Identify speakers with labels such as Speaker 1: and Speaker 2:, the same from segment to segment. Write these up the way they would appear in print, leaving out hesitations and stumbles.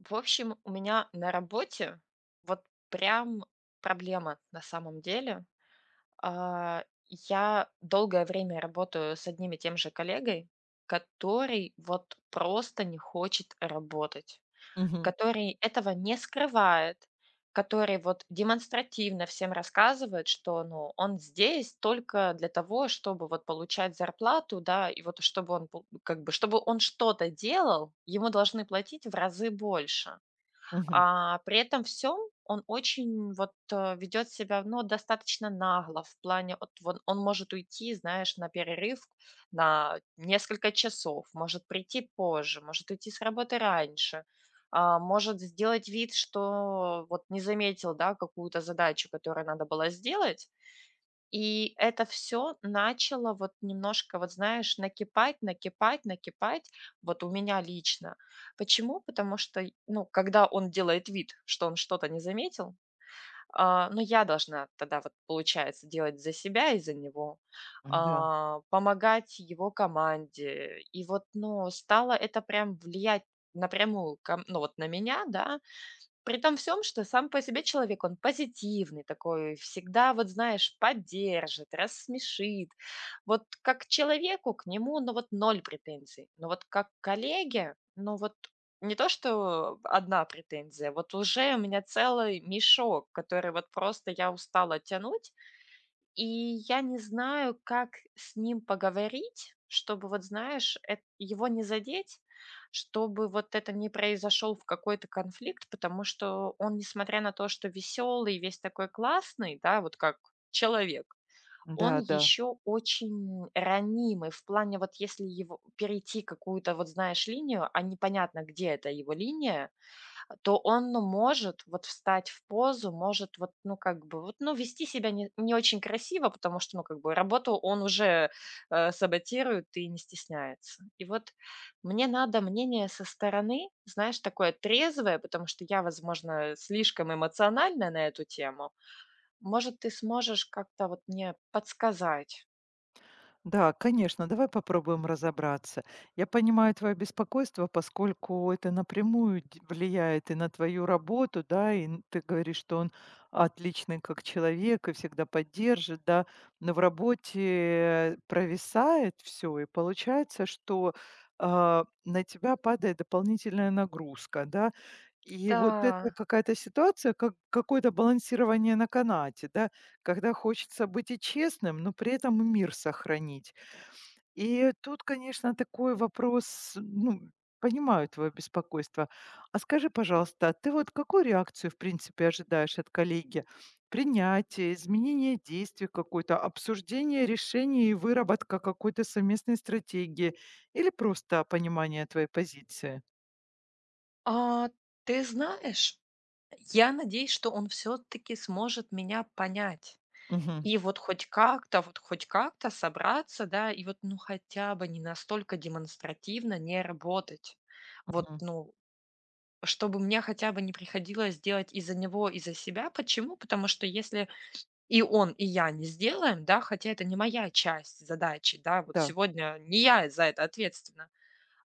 Speaker 1: В общем, у меня на работе вот прям проблема на самом деле. А, Я долгое время работаю с одним и тем же коллегой, который вот просто не хочет работать,
Speaker 2: Мгм,
Speaker 1: который этого не скрывает, который вот демонстративно всем рассказывает, что ну, он здесь только для того, чтобы вот получать зарплату, да, и вот чтобы он как бы, чтобы он что-то делал, ему должны платить в разы больше.
Speaker 2: мгм.
Speaker 1: При этом всем он очень вот, ведёт себя, ну, достаточно нагло в плане вот вон он может уйти, знаешь, на перерыв на несколько часов, может прийти позже, может уйти с работы раньше, может сделать вид, что вот не заметил, да, какую-то задачу, которую надо было сделать, и это все начало вот немножко, вот знаешь, накипать, накипать, накипать вот у меня лично. Почему? Потому что, ну, когда он делает вид, что он что-то не заметил, ну, я должна тогда вот, получается, делать за себя и за него,
Speaker 2: Да
Speaker 1: помогать его команде. И вот, ну, стало это прям влиять напрямую кам ну, вот на меня, да. При том всем, что сам по себе человек, он позитивный такой, всегда, вот знаешь, поддержит, рассмешит. Вот как к человеку, к нему, ну вот ноль претензий. Но вот как к коллеге, ну вот не то, что одна претензия, вот уже у меня целый мешок, который вот просто я устала тянуть. И я не знаю, как с ним поговорить, чтобы, вот знаешь, эт его не задеть, чтобы вот это не произошел в какой-то конфликт, потому что он, несмотря на то, что веселый, весь такой классный, да, вот как человек, он
Speaker 2: да-да.
Speaker 1: еще очень ранимый в плане, вот если его перейти какую-то, вот знаешь, линию, а непонятно, где это его линия, то он ну, может вот встать в позу, может вот, ну, как бы, вот, ну, вести себя не очень красиво, потому что, ну, как бы, работу он уже саботирует и не стесняется. И вот мне надо мнение со стороны, знаешь, такое трезвое, потому что я, возможно, слишком эмоциональна на эту тему. Может, ты сможешь как-то вот мне подсказать?
Speaker 2: Да, да, конечно, давай попробуем разобраться. Я понимаю твое беспокойство, поскольку это напрямую д влияет и на твою работу, да, и н ты говоришь, что он отличный как человек и всегда поддержит, да, но в работе провисает все, и получается, что, на тебя падает дополнительная нагрузка, да. И вот это
Speaker 1: Да.
Speaker 2: какая-то ситуация, как какое-то балансирование на канате, да. Когда хочется быть и честным, но при этом и мир сохранить. И тут, конечно, такой вопрос, ну, понимаю твое беспокойство. А скажи, пожалуйста, а ты вот какую реакцию, в принципе, ожидаешь от коллеги? Принятие, изменение действий какой-то, обсуждение решений и выработка какой-то совместной стратегии или просто понимание твоей позиции?
Speaker 1: А, ты знаешь, я надеюсь, что он все-таки сможет меня понять.
Speaker 2: Мгм.
Speaker 1: И вот хоть как-то собраться, да, и вот, ну, хотя бы не настолько демонстративно не работать. Вот,
Speaker 2: Мгм.
Speaker 1: ну, чтобы мне хотя бы не приходилось делать из-за него, из-за себя. Почему? Потому что если и он, и я не сделаем, да, хотя это не моя часть задачи, да, вот
Speaker 2: Да.
Speaker 1: сегодня не я за это ответственна,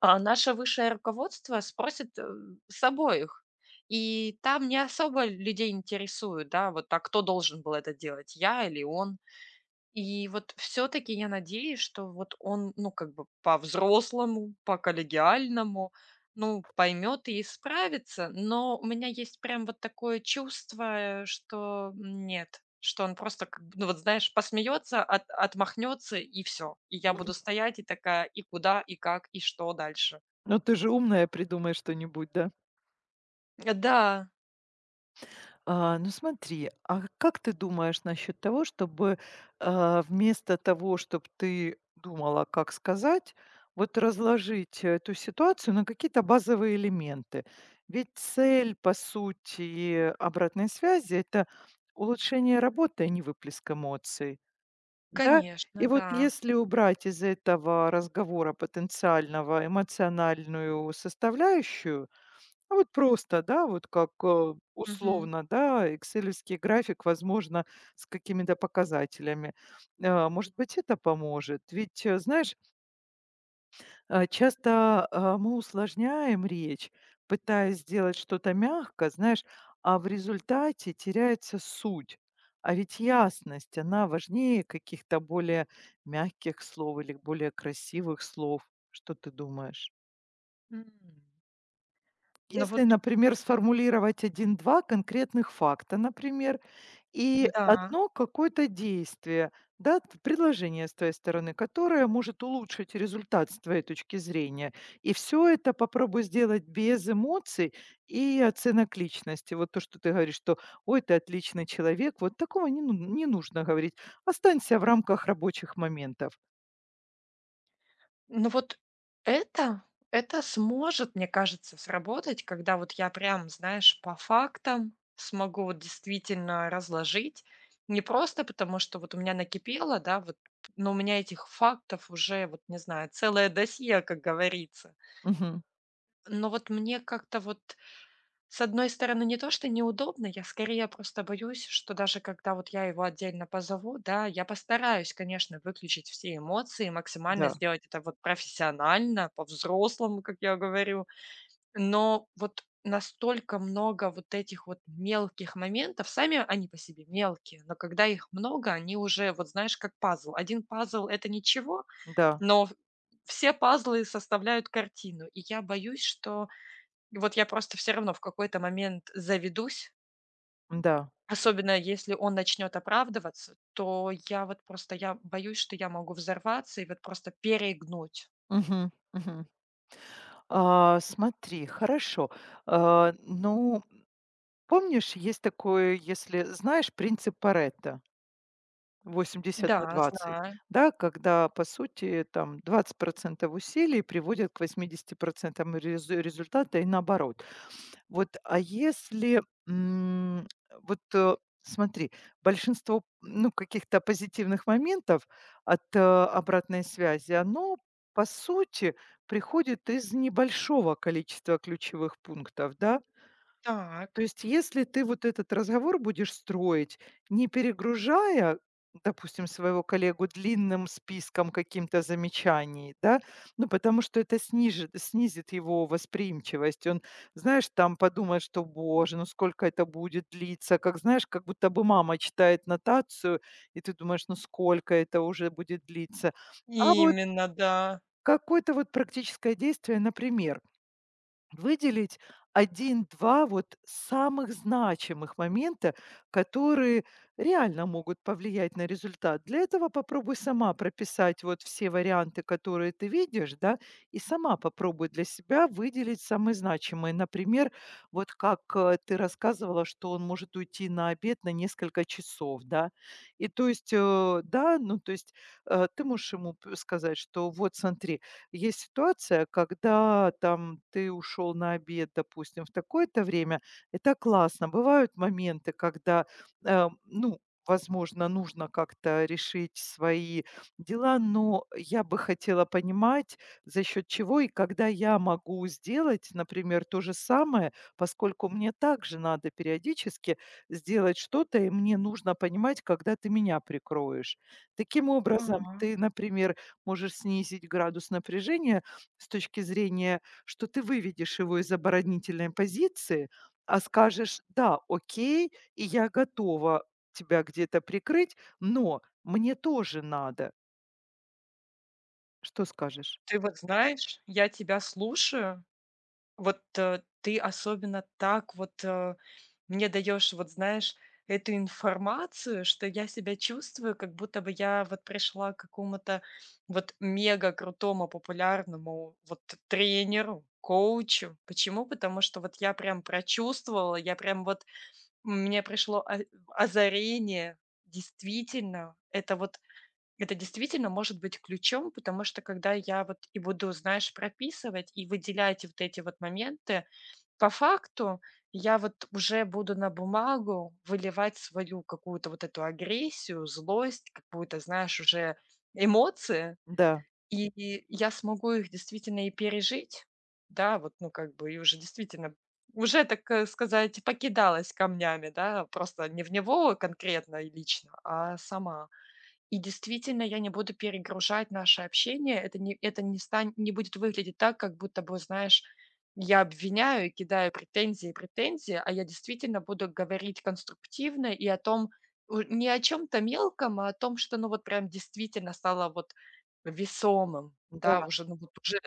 Speaker 1: а наше высшее руководство спросит с обоих. И там не особо людей интересует, да, вот, а кто должен был это делать, я или он? И вот все таки я надеюсь, что вот он, ну, как бы по-взрослому, по-коллегиальному, ну, поймет и исправится. Но у меня есть прям вот такое чувство, что нет, что он просто, как бы, ну, вот знаешь, посмеется, от отмахнется и все. И я
Speaker 2: Мгм.
Speaker 1: буду стоять и такая: и куда, и как, и что дальше?
Speaker 2: Но ты же умная, придумай что-нибудь, да?
Speaker 1: Да,
Speaker 2: А, ну смотри, а как ты думаешь насчет того, чтобы, вместо того, чтобы ты думала, как сказать, вот разложить эту ситуацию на какие-то базовые элементы? Ведь цель, по сути, обратной связи — это улучшение работы, а не выплеск эмоций, да? И
Speaker 1: конечно,
Speaker 2: вот
Speaker 1: да.
Speaker 2: если убрать из этого разговора потенциального эмоциональную составляющую, а вот просто, да, вот как,
Speaker 1: Мгм.
Speaker 2: условно, да, экселевский график, возможно, с какими-то показателями. Может быть, это поможет. Ведь, знаешь, часто, мы усложняем речь, пытаясь сделать что-то мягко, знаешь, а в результате теряется суть. А ведь ясность, она важнее каких-то более мягких слов или более красивых слов. Что ты думаешь?
Speaker 1: М. Ну
Speaker 2: Если,
Speaker 1: вот
Speaker 2: например, сформулировать один-два конкретных факта, например, и
Speaker 1: да.
Speaker 2: одно какое-то действие, да, т предложение с твоей стороны, которое может улучшить результат с твоей точки зрения. И все это попробуй сделать без эмоций и оценок личности. Вот то, что ты говоришь, что: "Ой, ты отличный человек". Вот такого не ну не нужно говорить. Останься в рамках рабочих моментов.
Speaker 1: Ну вот это это сможет, мне кажется, сработать, когда вот я прям, знаешь, по фактам смогу вот действительно разложить. Не просто потому, что вот у меня накипело, да, вот, но у меня этих фактов уже, вот не знаю, целое досье, как говорится.
Speaker 2: Мгм.
Speaker 1: Но вот мне как-то вот с одной стороны, не то, что неудобно, я скорее просто боюсь, что даже когда вот я его отдельно позову, да, я постараюсь, конечно, выключить все эмоции, максимально
Speaker 2: Да,
Speaker 1: сделать это вот профессионально, по-взрослому, как я говорю. Но вот настолько много вот этих вот мелких моментов, сами они по себе мелкие, но когда их много, они уже, вот знаешь, как пазл. Один пазл – это ничего,
Speaker 2: да,
Speaker 1: но все пазлы составляют картину. И я боюсь, что вот я просто все равно в какой-то момент заведусь,
Speaker 2: да.
Speaker 1: особенно если он начнет оправдываться, то я вот просто я боюсь, что я могу взорваться и вот просто перегнуть.
Speaker 2: Мгм, мгм. А, смотри, хорошо. А, ну, помнишь, есть такое, если знаешь принцип Паретта 80 на
Speaker 1: Да,
Speaker 2: 20,
Speaker 1: знаю.
Speaker 2: да, когда, по сути, там 20% усилий приводят к 80% результата и наоборот. Вот, а если, м, вот, смотри, большинство, ну, каких-то позитивных моментов от, обратной связи, оно, по сути, приходит из небольшого количества ключевых пунктов, да? То
Speaker 1: Так.
Speaker 2: есть если ты вот этот разговор будешь строить, не перегружая, допустим, своего коллегу длинным списком каким-то замечаний, да, ну, потому что это снизит его восприимчивость. Он, знаешь, там подумает, что, боже, ну сколько это будет длиться, как, знаешь, как будто бы мама читает нотацию, и ты думаешь, ну сколько это уже будет длиться. А вот
Speaker 1: Именно, да.
Speaker 2: какое-то вот практическое действие, например, выделить один-два вот самых значимых момента, которые реально могут повлиять на результат. Для этого попробуй сама прописать вот все варианты, которые ты видишь, да, и сама попробуй для себя выделить самые значимые. Например, вот как ты рассказывала, что он может уйти на обед на несколько часов, да. И то есть, да, ну то есть ты можешь ему сказать, что вот смотри, есть ситуация, когда там ты ушел на обед, допустим, в такое-то время. Это классно. Бывают моменты, когда, ну, возможно, нужно как-то решить свои дела, но я бы хотела понимать, за счет чего и когда я могу сделать, например, то же самое, поскольку мне также надо периодически сделать что-то, и мне нужно понимать, когда ты меня прикроешь. Таким образом, ты,
Speaker 1: Так.
Speaker 2: например, можешь снизить градус напряжения с точки зрения, что ты выведешь его из оборонительной позиции, а скажешь: "Да, окей, и я готова тебя где-то прикрыть, но мне тоже надо". Что скажешь?
Speaker 1: Ты вот знаешь, я тебя слушаю. Вот, ты особенно так вот, мне даешь вот знаешь, эту информацию, что я себя чувствую, как будто бы я вот пришла к какому-то вот мега крутому популярному вот тренеру, коучу. Почему? Потому что вот я прям прочувствовала, я прям вот мне пришло о озарение. Действительно, это вот это действительно может быть ключом, потому что когда я вот и буду, знаешь, прописывать и выделять вот эти вот моменты по факту я вот уже буду на бумагу выливать свою какую-то вот эту агрессию, злость, какую-то, знаешь, уже эмоции,
Speaker 2: Да,
Speaker 1: и я смогу их действительно и пережить. Да, вот, ну, как бы, и уже действительно, уже, так, сказать, покидалась камнями, да, просто не в него конкретно и лично, а сама. И действительно, я не буду перегружать наше общение. Не будет выглядеть так, как будто бы, знаешь, я обвиняю и кидаю претензии и претензии, а я действительно буду говорить конструктивно и о том, не о чем-то мелком, а о том, что, ну, вот прям действительно стало вот весомым,
Speaker 2: да,
Speaker 1: да, уже, ну, вот уже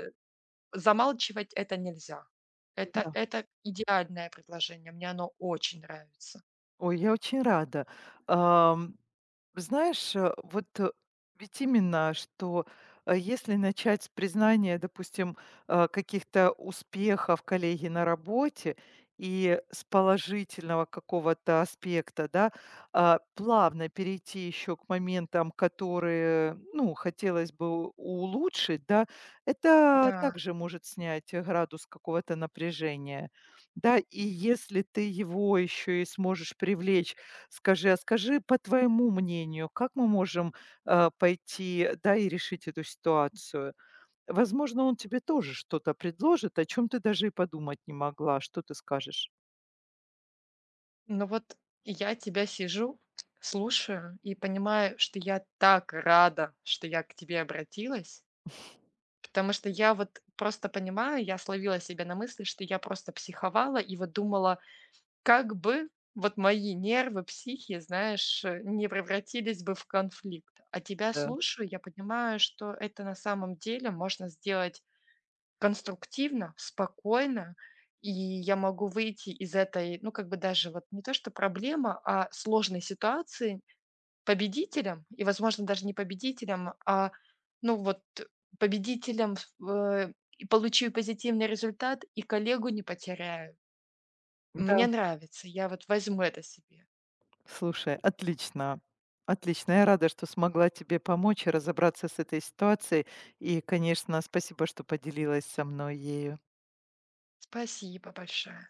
Speaker 1: замалчивать это нельзя.
Speaker 2: да.
Speaker 1: Это идеальное предложение, мне оно очень нравится.
Speaker 2: Ой, я очень рада. Ам, знаешь, вот ведь именно, что если начать с признания, допустим, каких-то успехов коллеги на работе и с положительного какого-то аспекта, да, плавно перейти еще к моментам, которые, ну, хотелось бы улучшить, да, это
Speaker 1: Да.
Speaker 2: также может снять градус какого-то напряжения. Да, и если ты его еще и сможешь привлечь, скажи: "А скажи, по твоему мнению, как мы можем, пойти, да, и решить эту ситуацию?" Возможно, он тебе тоже что-то предложит, о чем ты даже и подумать не могла. Что ты скажешь?
Speaker 1: Ну вот я тебя сижу, слушаю и понимаю, что я так рада, что я к тебе обратилась, потому что я вот просто понимаю, я словила себя на мысли, что я просто психовала и вот думала, как бы вот мои нервы, психи, знаешь, не превратились бы в конфликт. А тебя
Speaker 2: Да.
Speaker 1: слушаю, я понимаю, что это на самом деле можно сделать конструктивно, спокойно, и я могу выйти из этой, ну, как бы даже вот не то что проблема, а сложной ситуации победителем и, возможно, даже не победителем, а, ну, вот победителем, в и получу и позитивный результат, и коллегу не потеряю.
Speaker 2: Да,
Speaker 1: Мне нравится, я вот возьму это себе.
Speaker 2: слушай, отлично. Отлично. Я рада, что смогла тебе помочь и разобраться с этой ситуацией. И, конечно, спасибо, что поделилась со мной ею.
Speaker 1: Спасибо большое.